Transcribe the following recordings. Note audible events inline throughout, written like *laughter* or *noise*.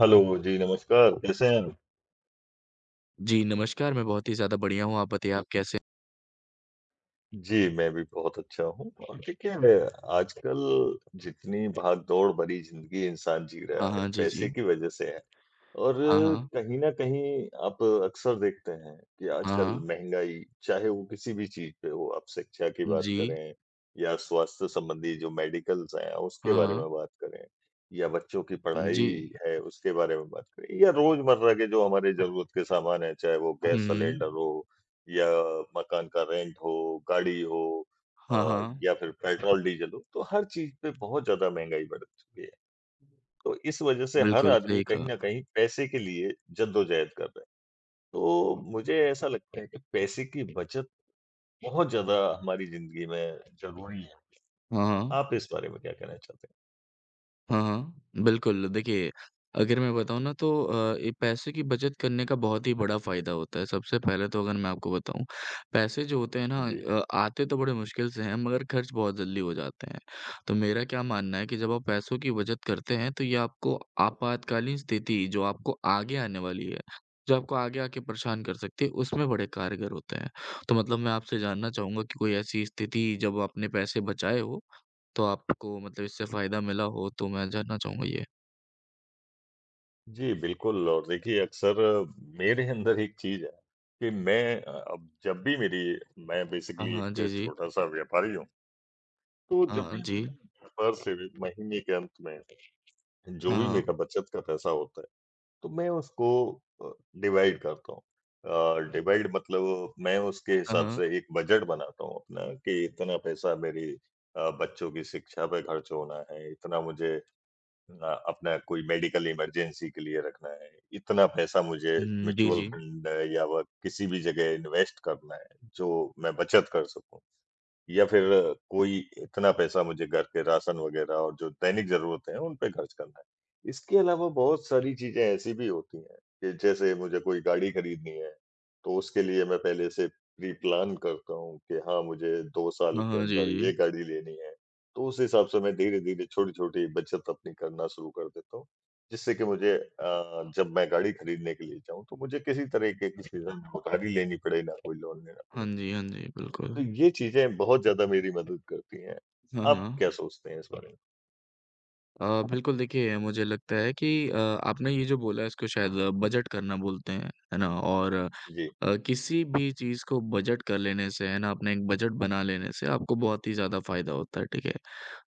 Hello जी, नमस्कार कैसे हैं आप? जी, नमस्कार, मैं बहुत ही ज़्यादा बढ़िया हूँ, आप बताइए आप कैसे। जी, मैं भी बहुत अच्छा हूँ और देखिए आजकल जितनी भागदौड़ भरी ज़िंदगी इंसान जी रहा हाँ, है, हाँ, जी, पैसे जी। की वज़ह से है। और हाँ, हाँ। कहीं न कहीं आप अक्सर देखते हैं कि हाँ, आजकल हाँ। महँगाई चाहे वो किसी भी चीज़ पे हो, आप शिक्षा की बात जी। करें या स्वास्थ्य संबंधी जो मेडिकल्स हैं, उसके हाँ, बारे में हाँ। बात करें या बच्चों की जी। पढ़ाई है उसके बारे में बात करें या रोज़मर्रा के जो हमारे ज़रूरत के सामान हैं, चाहे वो गैस हुँ। सिलेंडर हो या मकान का रेंट हो, गाड़ी हो हाँ, अ, हाँ। या फिर पेट्रोल-डीज़ल हो, तो हर चीज़ पे बहुत ज़्यादा महँगाई बढ़ चुकी है। तो इस वजह से हर बिल्कुल, आदमी सही कहीं कहा। न कहीं पैसे के लिए जद्दोजहद कर रहा है। तो मुझे ऐसा लगता है कि पैसे की बचत बहुत ज़्यादा हमारी ज़िंदगी में ज़रूरी है। हाँ, हाँ। आप इस बारे में क्या कहना चाहते हाँ, हाँ, बिल्कुल। देखिए, अगर मैं बताऊँ ना तो ये पैसे की बचत करने का बहुत ही बड़ा फ़ायदा होता है। सबसे पहले तो अगर मैं आपको बताऊँ, पैसे जो होते हैं ना, हैं? जी, आते तो बड़े मुश्किल से हैं मगर खर्च बहुत जल्दी हो जाते हैं। तो मेरा क्या मानना है कि जब जी। आप पैसों की बचत करते हैं तो ये आपको आपातकालीन स्थिति जो आपको आगे आने वाली है, जो आपको आगे आके परेशान कर सकती है, उसमें बड़े कारगर होते हैं। तो मतलब मैं आपसे जानना चाहूँगा कि कोई ऐसी स्थिति जब आपने पैसे बचाए हों तो आपको मतलब इससे फ़ायदा मिला हो तो मैं जानना चाहूँगा ये? जी, बिल्कुल और देखिए अक्सर मेरे अंदर एक चीज़ है कि मैं अ, अब जब भी मेरी मैं हाँ, बेसिकली हाँ, एक जी, जी। छोटा-सा व्यापारी हूँ। तो हाँ, जब हाँ, भी जी। मुझे व्यापार से महीने के अंत में जो हाँ, भी हाँ। मेरा बचत का पैसा होता है, तो मैं उसको अ, डिवाइड करता हूँ। अ, डिवाइड मतलब मैं उसके हाँ, हिसाब हाँ। से एक बजट बनाता हूँ अपना कि इतना पैसा मेरी बच्चों की शिक्षा पे खर्च होना है, इतना मुझे अपना कोई मेडिकल इमरजेंसी के लिए रखना है, इतना पैसा मुझे हुँ, जी, म्यूचुअल जी। फंड या वह किसी भी जगह इन्वेस्ट करना है, जो मैं बचत कर सकूँ। या फिर कोई इतना पैसा मुझे घर के राशन वगैरह और जो दैनिक ज़रूरतें हैं, उन पे खर्च करना है। इसके अलावा बहुत सारी चीज़ें ऐसी भी होती हैं कि जैसे मुझे कोई गाड़ी खरीदनी है, तो उसके लिए मैं पहले से प्री प्लान करता हूँ कि हाँ, मुझे 2 साल हाँ, के हाँ, जी, अंदर ये जी। गाड़ी लेनी है। तो उस हिसाब से मैं धीरे-धीरे, छोटी-छोटी बचत अपनी करना शुरू कर देता हूँ, जिससे कि मुझे जब मैं गाड़ी खरीदने के लिए जाऊँ, तो मुझे किसी तरह के किसी से उधारी लेनी पड़े, ना कोई लोन लेना पड़े। हाँ जी, हाँ जी, तो बिल्कुल। ये चीज़ें बहुत ज़्यादा मेरी मदद करती हैं। हाँ, आप हाँ। क्या सोचते हैं इस बारे में? बिल्कुल देखिए मुझे लगता है कि आपने ये जो बोला इसको शायद बजट करना बोलते हैं, है ना? और जी, किसी भी चीज़ को बजट कर लेने से, है ना, अपने एक बजट बना लेने से आपको बहुत ही ज़्यादा फ़ायदा होता है, ठीक है?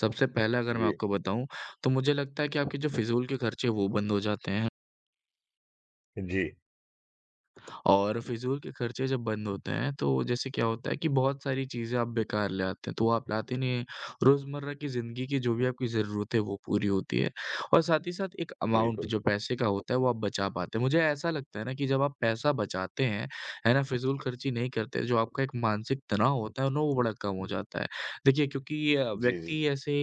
सबसे पहला अगर मैं जी, आपको बताऊँ, तो मुझे लगता है कि आपके जो फ़िज़ूल के खर्चे हैं वो बंद हो जाते हैं। जी, और फिज़ूल के खर्चे जब बंद होते हैं, तो जैसे क्या होता है कि बहुत सारी चीज़ें आप बेकार ले आते हैं, तो वो आप लाते नहीं हैं। रोज़मर्रा की ज़िंदगी की जो भी आपकी ज़रूरत है, वो पूरी होती है और साथ ही साथ एक अमाउंट बिल्कुल। जो पैसे का होता है, वो आप बचा पाते हैं। मुझे ऐसा लगता है ना कि जब आप पैसा बचाते हैं, है ना, फिज़ूल खर्ची नहीं करते, जो आपका एक मानसिक तनाव होता है ना, वो बड़ा कम हो जाता है। देखिए, क्योंकि जी, जी, व्यक्ति जी। ऐसे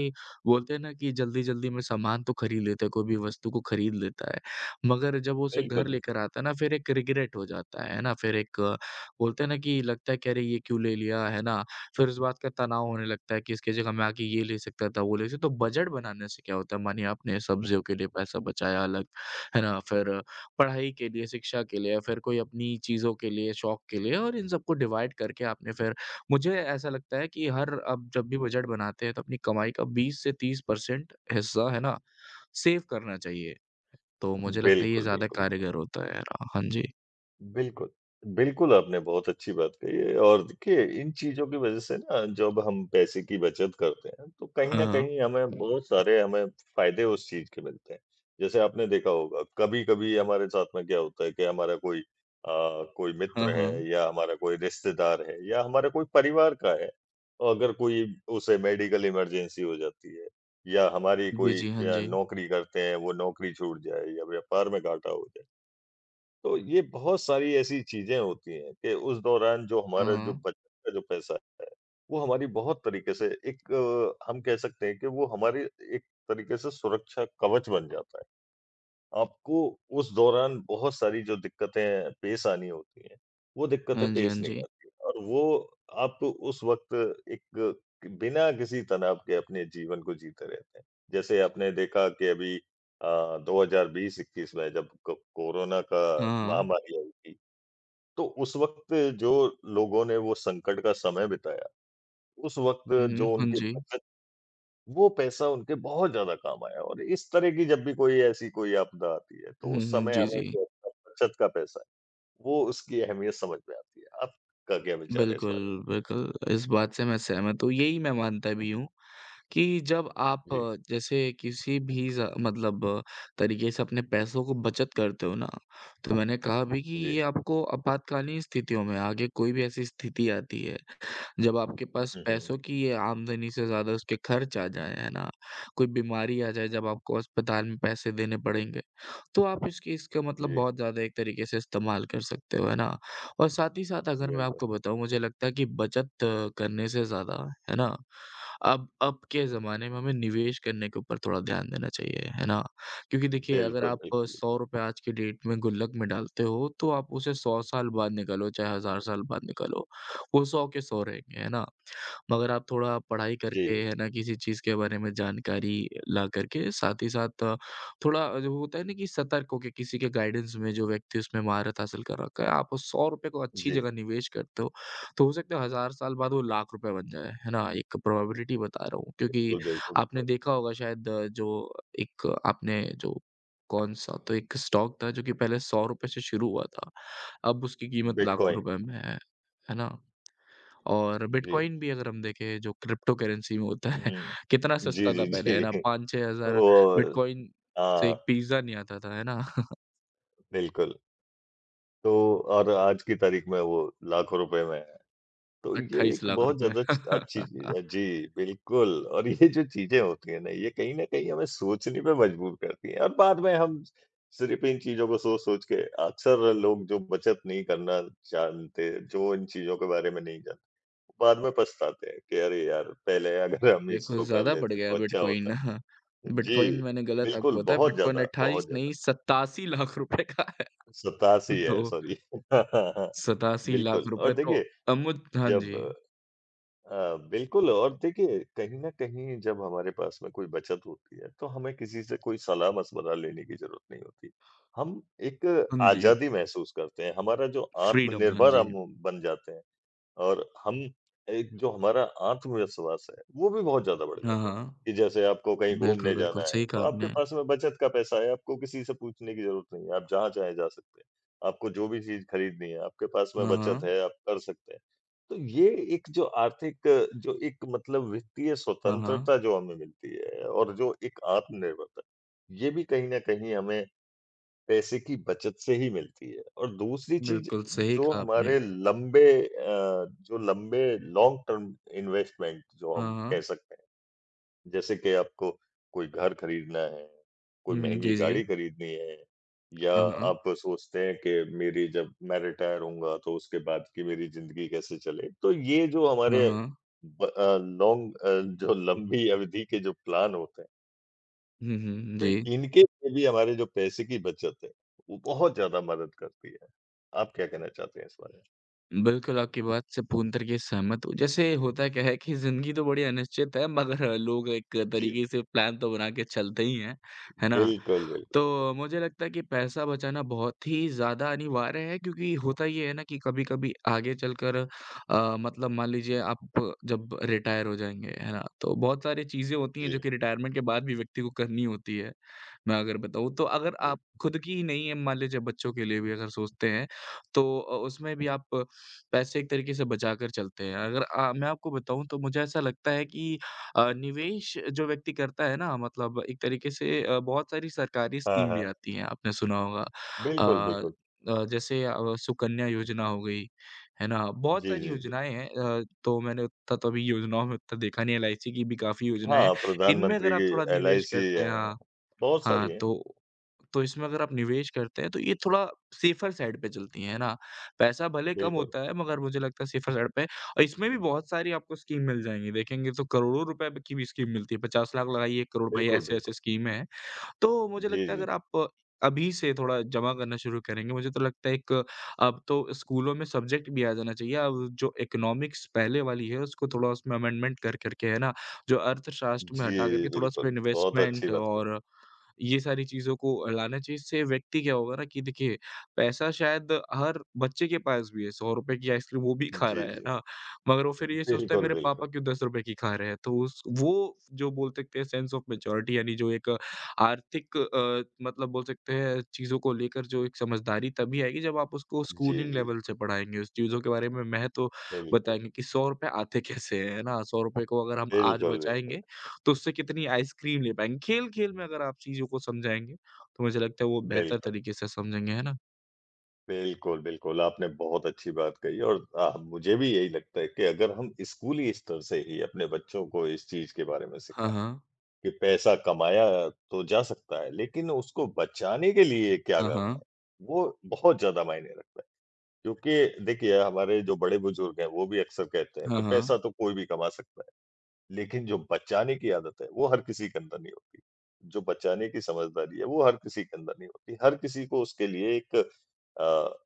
बोलते हैं ना कि जल्दी-जल्दी में सामान तो खरीद लेता है, कोई भी वस्तु को खरीद लेता है। मगर जब वो उसे घर बिल्कुल, लेकर बिल्कुल। आता है ना फिर एक रिग्रेट हो जाता है ना? फिर एक, बोलते हैं ना कि लगता है कि अरे ये क्यों ले लिया, है ना? फिर उस बात का तनाव होने लगता है कि इसकी जगह मैं आके ये ले सकता था, वो ले सकता। तो बजट बनाने से क्या होता है मानिए आपने सब्जियों के लिए पैसा बचाया अलग, है ना? फिर पढ़ाई के लिए, शिक्षा के लिए, फिर कोई अपनी चीज़ों के लिए, शौक के लिए और इन सबको डिवाइड करके आपने फिर मुझे ऐसा लगता है कि हर अब जब भी बजट बनाते हैं तो अपनी कमाई का 20 से 30% हिस्सा है ना, सेव करना चाहिए। तो मुझे लगता है ये बिल्कुल, ज़्यादा बिल्कुल, बिल्कुल। कारगर होता है यार। हाँ जी। बिल्कुल। बिल्कुल, आपने बहुत अच्छी बात कही है और देखिए इन चीज़ों की वज़ह से ना जब हम पैसे की बचत करते हैं, तो कहीं न हाँ, कहीं हमें बहुत सारे हमें फ़ायदे उस चीज़ के मिलते हैं। जैसे आपने देखा होगा कभी-कभी हमारे साथ में क्या होता है कि हमारा अ, कोई हाँ, मित्र हाँ। है या हमारा कोई रिश्तेदार है या हमारा कोई परिवार का है, और अगर कोई उसे मेडिकल इमरजेंसी हो जाती है या हमारी जी, कोई जी। हाँ अ, जी। नौकरी करते हैं, वो नौकरी छूट जाए या व्यापार में घाटा हो जाए। तो ये बहुत सारी ऐसी चीज़ें होती हैं कि उस दौरान जो हाँ, हमारा जो हाँ। बचत का जो पैसा है, वो हमारी बहुत तरीके से एक अ, हम कह सकते हैं कि वो हमारी एक तरीके से सुरक्षा कवच बन जाता है। आपको उस दौरान बहुत सारी जो दिक्कतें पेश आनी होती हैं, वो दिक्कतें हाँ जी, हाँ पेश नहीं जी। आती और वो आप उस वक़्त एक बिना किसी तनाव के अपने जीवन को जीते रहते हैं। जैसे आपने देखा कि अभी 2020-21 में जब को कोरोना का हाँ, हाँ। महामारी आई थी, तो उस वक़्त जो लोगों ने वो संकट का समय बिताया, उस वक़्त हुँ, हुँ। जो हाँ उनकी जी। बचत वो पैसा उनके बहुत ज़्यादा काम आया और इस तरह की जब भी कोई ऐसी कोई आपदा आती है, तो हुँ, उस हुँ। समय जी, हमें जी। जो अपना बचत का पैसा है, वो उसकी अहमियत समझ में आती है। आपका क्या विचार है इस बिल्कुल, बारे में? बिल्कुल, इस बात से मैं सहमत हूँ। यही मैं मानता भी हूँ कि जब आप जी, जैसे किसी भी ज़ मतलब तरीके से अपने पैसों को बचत करते हो ना, तो मैंने कहा भी कि जी। ये आपको आपातकालीन स्थितियों में आगे कोई भी ऐसी स्थिति आती है जब आपके पास हुँ, हुँ। पैसों की ये आमदनी से ज़्यादा उसके खर्च आ जाएँ, है ना? कोई बीमारी आ जाए जब आपको अस्पताल में पैसे देने पड़ेंगे, तो आप इसकी इसका मतलब जी, बहुत ज़्यादा एक तरीके से इस्तेमाल कर सकते हो, है ना? और साथ ही साथ अगर मैं बिल्कुल। आपको बताऊँ मुझे लगता है कि बचत करने से ज़्यादा, है ना? अब के ज़माने में हमें निवेश करने के ऊपर थोड़ा ध्यान देना चाहिए, है ना? क्योंकि देखिए अगर बिल्कुल, आप बिल्कुल, बिल्कुल। ₹100 आज की डेट में गुल्लक में डालते हो, तो आप उसे 100 साल बाद निकालो, चाहे हज़ार साल बाद निकालो, वो सौ के सौ रहेंगे, है ना? मगर आप थोड़ा पढ़ाई करके, जी, है ना, किसी चीज़ के बारे में जानकारी ला करके, साथ ही साथ, थोड़ा जो होता है ना कि सतर्क होके किसी के गाइडेंस में जो व्यक्ति उसमें महारत हासिल कर रखा है, आप उस 100 रुपए को अच्छी जी। जगह निवेश करते हो, तो हो सकता है हज़ार साल बाद वो लाख रुपए बन जाए, है ना? एक प्रोबेबिलिटी बता रहा हूँ क्योंकि बिल्कुल, बिल्कुल, आपने बिल्कुल। देखा होगा शायद, अ, जो एक आपने जो कौन-सा तो एक स्टॉक था जो कि पहले ₹100 से शुरू हुआ था, अब उसकी कीमत लाखों बिटकॉइन। रुपए में है ना? और जी। बिटकॉइन भी अगर हम देखें जो क्रिप्टो करेंसी में होता है *laughs* कितना हुँ। जी, सस्ता जी, था पहले, है ना? जी। *laughs* 5-6 हज़ार वो बिटकॉइन से हाँ, एक पिज़्ज़ा नहीं आता था, है ना? *laughs* बिल्कुल। तो और आज की तारीख में वो लाखों रुपए में है। तो ये 28 एक लाख बहुत रुपए। ज़्यादा च अच्छी चीज़ *laughs* है। जी, बिल्कुल और ये जो चीज़ें होती हैं ना, ये कहीं न कहीं हमें सोचने पे मजबूर करती हैं और बाद में हम सिर्फ़ इन चीज़ों को सोच-सोच के अक्सर लोग जो बचत नहीं करना जानते, जो इन चीज़ों के बारे में नहीं जानते, बाद में पछताते हैं कि अरे यार! पहले अगर हम देखो इसको कर ज़्यादा बढ़ लेते तो गया अच्छा बिटकॉइन। होता। *laughs* बिटकॉइन जी, मैंने गलत बिल्कुल, आपको बताया बहुत बिटकॉइन ज़्यादा, 28 बहुत नहीं ज़्यादा। 87 लाख रुपए का है। *laughs* 87 है, तो सॉरी। *laughs* 87 लाख बिल्कुल और रुपए तो। देखिए अमुत हाँ जब जी, कहीं न कहीं जब हमारे पास में कोई बचत होती है, तो हमें किसी से कोई सलाह-मशवरा लेने की ज़रूरत नहीं होती। हम एक हाँ जी, आज़ादी महसूस करते हैं, हमारा जो फ्रीडम हाँ आत्मनिर्भर जी। हम बन जाते हैं। और हम एक जो हमारा आत्मविश्वास है, वो भी बहुत ज़्यादा बढ़ हाँ, जाता है, हाँ। कि जैसे आपको कहीं बिल्कुल, घूमने जाना बिल्कुल है, सही तो कहा आपके आपने। पास में बचत का पैसा है, आपको किसी से पूछने की ज़रूरत नहीं है, आप जहाँ चाहे जा सकते हैं। आपको जो भी चीज़ खरीदनी है, आपके पास में हाँ, बचत हाँ। है, आप कर सकते हैं। तो ये एक जो आर्थिक जो एक मतलब वित्तीय हाँ, हाँ। स्वतंत्रता जो हमें मिलती है और जो एक आत्मनिर्भरता, ये भी कहीं न कहीं हमें पैसे की बचत से ही मिलती है और दूसरी चीज़ बिल्कुल सही जो कहा हमारे आपने। लंबे अ, जो लंबे लॉन्ग टर्म इन्वेस्टमेंट जो हम हाँ, कह हाँ। सकते हैं जैसे कि आपको कोई घर खरीदना है, कोई हुँ, हुँ। महँगी जी, जी। गाड़ी खरीदनी है या हाँ, हाँ। आप सोचते हैं कि मेरी जब मैं रिटायर होऊँगा तो उसके बाद की मेरी ज़िंदगी कैसे चले। तो ये जो हाँ, हमारे हाँ। ब अ, लॉन्ग अ, जो लंबी अवधि के जो प्लान होते हैं हुँ, हुँ। तो जी। इनके लिए भी हमारे जो पैसे की बचत है, वो बहुत ज़्यादा मदद करती है। आप क्या कहना चाहते हैं इस बारे में? बिल्कुल, आपकी बात से पूर्ण तरीके से सहमत हूँ। जैसे होता क्या है कि ज़िंदगी तो बड़ी अनिश्चित है मगर लोग एक जी, तरीके से प्लान तो बना के चलते ही हैं, है ना? बिल्कुल, बिल्कुल। तो मुझे लगता है कि पैसा बचाना बहुत ही ज़्यादा अनिवार्य है क्योंकि होता ये है ना कि कभी-कभी आगे चलकर, मतलब मान लीजिए आप जब रिटायर हो जाएँगे, है ना? तो बहुत सारी चीज़ें होती हैं जी, जो कि रिटायरमेंट के बाद भी व्यक्ति को करनी होती है, मैं अगर बताऊँ। तो अगर जी। आप खुद की ही नहीं है मान लीजिए बच्चों के लिए भी अगर सोचते हैं, तो उसमें भी आप पैसे एक तरीके से बचाकर चलते हैं। अगर मैं आपको बताऊँ तो मुझे ऐसा लगता है कि निवेश जो व्यक्ति करता है ना मतलब एक तरीके से, बहुत सारी सरकारी हाँ, स्कीम भी हाँ। आती हैं, आपने सुना होगा। बिल्कुल, अ बिल्कुल। अ, जैसे अ, सुकन्या योजना हो गई, है ना? बहुत जी, सारी जी, जी। योजनाएँ हैं। तो मैंने उतना तो अभी योजनाओं में उतना देखा नहीं है, एलआईसी की भी काफ़ी योजनाएँ हैं। हाँ, इनमें प्रधानमंत्री अगर आप की थोड़ा निवेश एलआईसी करते हैं है, हाँ। बहुत सारी हाँ, हैं। तो इसमें अगर आप निवेश करते हैं तो ये थोड़ा सेफ़र साइड पे चलती हैं, है ना? पैसा भले कम बिल्कुल, होता है मगर मुझे लगता है सेफ़र साइड पे और इसमें भी बहुत सारी आपको स्कीम मिल जाएँगी। देखेंगे तो करोड़ों रुपए ब की भी स्कीम मिलती है, 50 लाख लगाइए 1 करोड़ पाइए बिल्कुल, ऐसे-ऐसे बिल्कुल। स्कीमें हैं। तो मुझे जी, लगता है जी। अगर आप अभी से थोड़ा जमा करना शुरू करेंगे, मुझे तो लगता है एक अब तो स्कूलों में सब्जेक्ट भी आ जाना चाहिए। अब जो इकोनॉमिक्स पहले वाली है उसको थोड़ा उसमें अमेंडमेंट कर के है ना, जो अर्थशास्त्र में जी, हटा कर के थोड़ा बिल्कुल। उसमें बहुत अच्छी इन्वेस्टमेंट बात कही। और ये सारी चीज़ों को लाना चाहिए। इससे व्यक्ति क्या होगा ना कि देखिए पैसा शायद हर बच्चे के पास भी है, ₹100 की आइसक्रीम वो भी खा जी, रहा है जी। ना, मगर वो फिर ये सोचता है बिल्कुल, मेरे बिल्कुल। पापा क्यों ₹10 की खा रहे हैं? तो उस वो जो बोल सकते हैं सेंस ऑफ मैच्योरिटी यानी जो एक आर्थिक, मतलब बोल सकते हैं चीज़ों को लेकर जो एक समझदारी तभी आएगी जब आप उसको जी, स्कूलिंग जी। लेवल से पढ़ाएँगे, उस चीज़ों के बारे में महत्व बिल्कुल, बताएँगे कि ₹100 आते कैसे हैं, है ना? ₹100 को अगर हम आज बिल्कुल, बिल्कुल, बचाएँगे तो उससे कितनी आइसक्रीम ले पाएँगे। खेल-खेल में अगर आप चीज़ों को समझाएँगे, तो मुझे लगता है वो बेहतर बिल्कुल। तरीके से समझेंगे, है ना? बिल्कुल, बिल्कुल, आपने बहुत अच्छी बात कही और मुझे भी यही लगता है कि अगर हम स्कूली स्तर से ही अपने बच्चों को इस चीज़ के बारे में हाँ, सिखाएँ हाँ। कि पैसा कमाया तो जा सकता है, लेकिन उसको बचाने के लिए क्या हाँ, करना है, हाँ। वो बहुत ज़्यादा मायने रखता है। क्योंकि देखिए, हमारे जो बड़े बुजुर्ग हैं, वो भी अक्सर कहते हैं हाँ, कि पैसा हाँ। तो कोई भी कमा सकता है। लेकिन जो बचाने की आदत है, वो हर किसी के अंदर नहीं होती। जो बचाने की समझदारी है, वो हर किसी के अंदर नहीं होती। हर किसी को उसके लिए एक अ,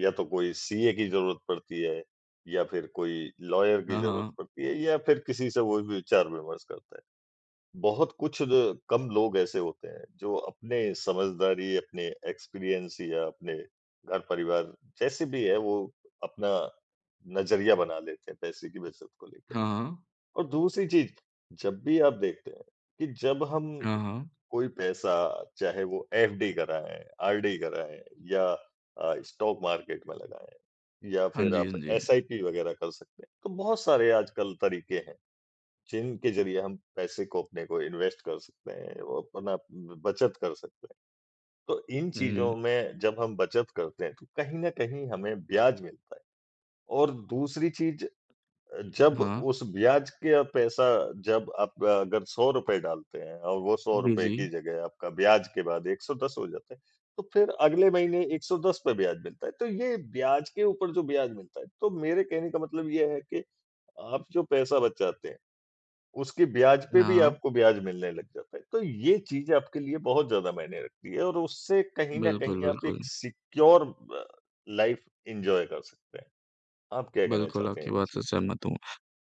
या तो कोई सीए की ज़रूरत पड़ती है या फिर कोई लॉयर की हाँ, ज़रूरत हाँ। पड़ती है या फिर किसी से वो विचार-विमर्श करता है। बहुत कुछ द कम लोग ऐसे होते हैं, जो अपने समझदारी, अपने एक्सपीरियंस या अपने घर-परिवार जैसे भी है, वो अपना नज़रिया बना लेते हैं पैसे की बचत को लेके। हाँ, हाँ। और दूसरी चीज़, जब भी आप देखते हैं कि जब हम हाँ, हाँ। कोई पैसा चाहे वो एफडी कराएँ, आरडी कराएँ या स्टॉक मार्केट में लगाएँ या हाँ फिर जी, आप हाँ जी। एसआईपी वग़ैरह कर सकते हैं। तो बहुत सारे आजकल तरीके हैं, जिनके ज़रिए हम पैसे को अपने को इन्वेस्ट कर सकते हैं, वो अपना बचत कर सकते हैं। तो इन चीज़ों हुँ, में जब हम बचत करते हैं, तो कहीं न कहीं हमें ब्याज मिलता है। और दूसरी चीज़ जब हाँ। उस ब्याज का पैसा जब आप अगर ₹100 डालते हैं और वो ₹100 जी, जी। की जगह आपका ब्याज के बाद 110 हो जाता है, तो फिर अगले महीने 110 पे ब्याज मिलता है। तो ये ब्याज के ऊपर जो ब्याज मिलता है, तो मेरे कहने का मतलब ये है कि आप जो पैसा बचाते हैं, उसके ब्याज पे हाँ, भी हाँ। आपको ब्याज मिलने लग जाता है। तो ये चीज़ आपके लिए बहुत ज़्यादा मायने रखती है और उससे कहीं न बिल्कुल, कहीं आप बिल्कुल। एक सिक्योर अ, लाइफ़ एन्जॉय कर सकते हैं। आप क्या कहना बिल्कुल, चाहते हैं आपकी इन बात से चीज़ों? सहमत हूँ।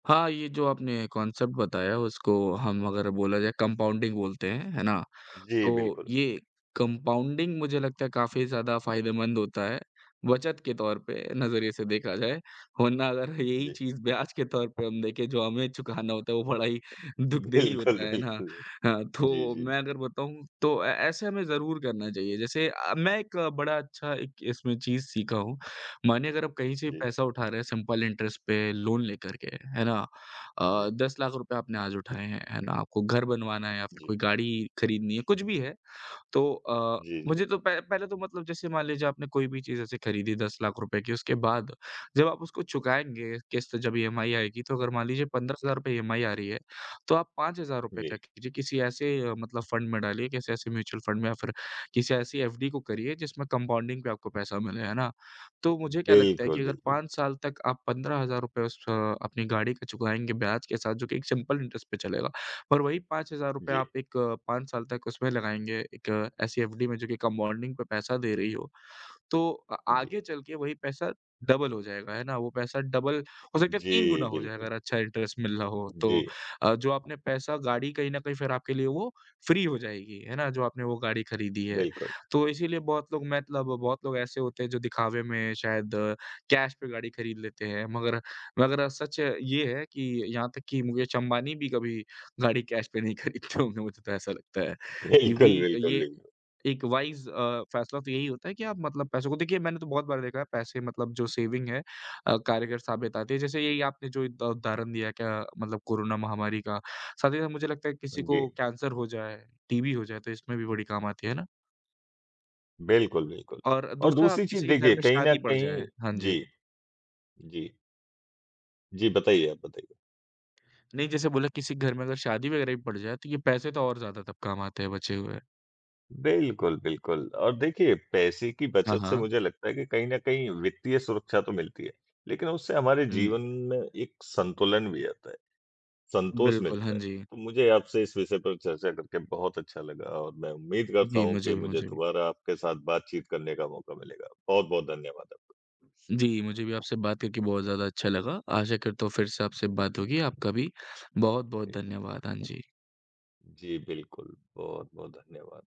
हाँ, ये जो आपने कॉन्सेप्ट बताया उसको हम अगर बोला जाए कंपाउंडिंग बोलते हैं, है ना? जी, तो बिल्कुल। ये कंपाउंडिंग मुझे लगता है काफ़ी ज़्यादा फ़ायदेमंद होता है, बचत के तौर पे नज़रिए से देखा जाए, वरना अगर यही जी। चीज़ ब्याज के तौर पे हम देखें जो हमें चुकाना होता है वो बड़ा ही दुखदेही बिल्कुल, होता है ना? बिल्कुल। हाँ, जी, तो जी, मैं अगर बताऊँ तो ए ऐसे हमें ज़रूर करना चाहिए। जैसे, मैं एक बड़ा अच्छा एक इसमें चीज़ सीखा हूँ मानिए अगर आप कहीं से भी जी, पैसा उठा रहे हैं सिंपल इंटरेस्ट पे लोन लेकर के, है ना? अ, जी, जी, ₹10 लाख रुपए आपने आज उठाए हैं, है ना? आपको घर बनवाना है या फिर जी, कोई गाड़ी खरीदनी है, कुछ भी है। तो, अ, जी, जी, मुझे तो पह पहले तो मतलब जैसे मान लीजिए आपने कोई भी चीज़ ऐसे खरीदी 10 लाख रुपए की, उसके बाद जब आप उसको चुकाएँगे किस्त जब ईएमआई आएगी, तो अगर मान लीजिए ₹15,000 ईएमआई आ रही है, तो आप ₹5,000 जी। क्या कीजिए किसी ऐसे, मतलब फ़ंड में डालिए, किसी ऐसे म्यूचुअल फ़ंड में या फिर किसी ऐसी एफडी को करिए जिसमें कंपाउंडिंग पे आपको पैसा मिले, है ना? तो मुझे क्या लगता है बिल्कुल, कि अगर बिल्कुल। 5 साल तक आप ₹15,000 उस, अपनी गाड़ी का चुकाएँगे ब्याज के साथ जो कि एक सिंपल इंटरेस्ट पे चलेगा और वही ₹5000 जी, आप एक 5 साल तक उसमें लगाएँगे, एक ऐसी एफडी में जो कि कंपाउंडिंग पे पैसा दे रही हो, तो जी, आगे चल के वही पैसा डबल हो जाएगा, है ना? वो पैसा डबल हो सकता है 3 जी, गुना हो जाए बिल्कुल, अगर बिल्कुल। अच्छा इंटरेस्ट मिल रहा हो जी, तो। जो आपने पैसा गाड़ी कहीं न कहीं फिर आपके लिए वो फ्री हो जाएगी, है ना? जो आपने वो गाड़ी खरीदी है। बिल्कुल। तो इसीलिए बहुत लोग ऐसे होते हैं जो दिखावे में शायद कैश पे गाड़ी खरीद लेते हैं। मगर मगर सच ये है कि यहाँ तक कि मुकेश अंबानी भी कभी गाड़ी कैश पे नहीं खरीदते होंगे, मुझे तो ऐसा लगता है। बिल्कुल, क्योंकि बिल्कुल, ये बिल्कुल। एक वाइज़, फैसला तो यही होता है कि आप मतलब पैसों को देखिए मैंने तो बहुत बार देखा है पैसे मतलब जो सेविंग है कारगर साबित आती है। जैसे यही आपने जो द उदाहरण दिया क्या मतलब कोरोना महामारी का, साथ ही साथ मुझे लगता है किसी जी, को कैंसर हो जाए, टीबी हो जाए तो इसमें भी बड़ी काम आती है ना? बिल्कुल, बिल्कुल। और और दूसरा दूसरी चीज़ किसी के घर देखिए में कहीं न शादी पड़ जाए कहीं हाँ जी। जी, जी, जी, बताइए आप बताइए। नहीं जैसे बोला किसी के घर में अगर शादी वगैरह भी पड़ जाए तो ये पैसे तो और ज़्यादा तब काम आते हैं बचे हुए। बिल्कुल, बिल्कुल और देखिए पैसे की हाँ, बचत से हाँ। मुझे लगता है कि कहीं न कहीं वित्तीय सुरक्षा तो मिलती है, लेकिन उससे हमारे हुँ, जीवन में एक संतुलन भी आता है। संतोष बिल्कुल, हाँ मिलता है। जी। तो मुझे आपसे इस विषय पर चर्चा करके बहुत अच्छा लगा और मैं उम्मीद करता जी, हूँ कि मुझे भी, मुझे मुझे भी। दोबारा आपके साथ बातचीत करने का मौका मिलेगा। बहुत-बहुत धन्यवाद आपका। जी, मुझे भी आपसे बात करके बहुत ज़्यादा अच्छा लगा। आशा करता हूँ फिर से आपसे बात होगी। आपका भी बहुत-बहुत जी, धन्यवाद। हाँ जी। जी बिल्कुल। बहुत-बहुत धन्यवाद।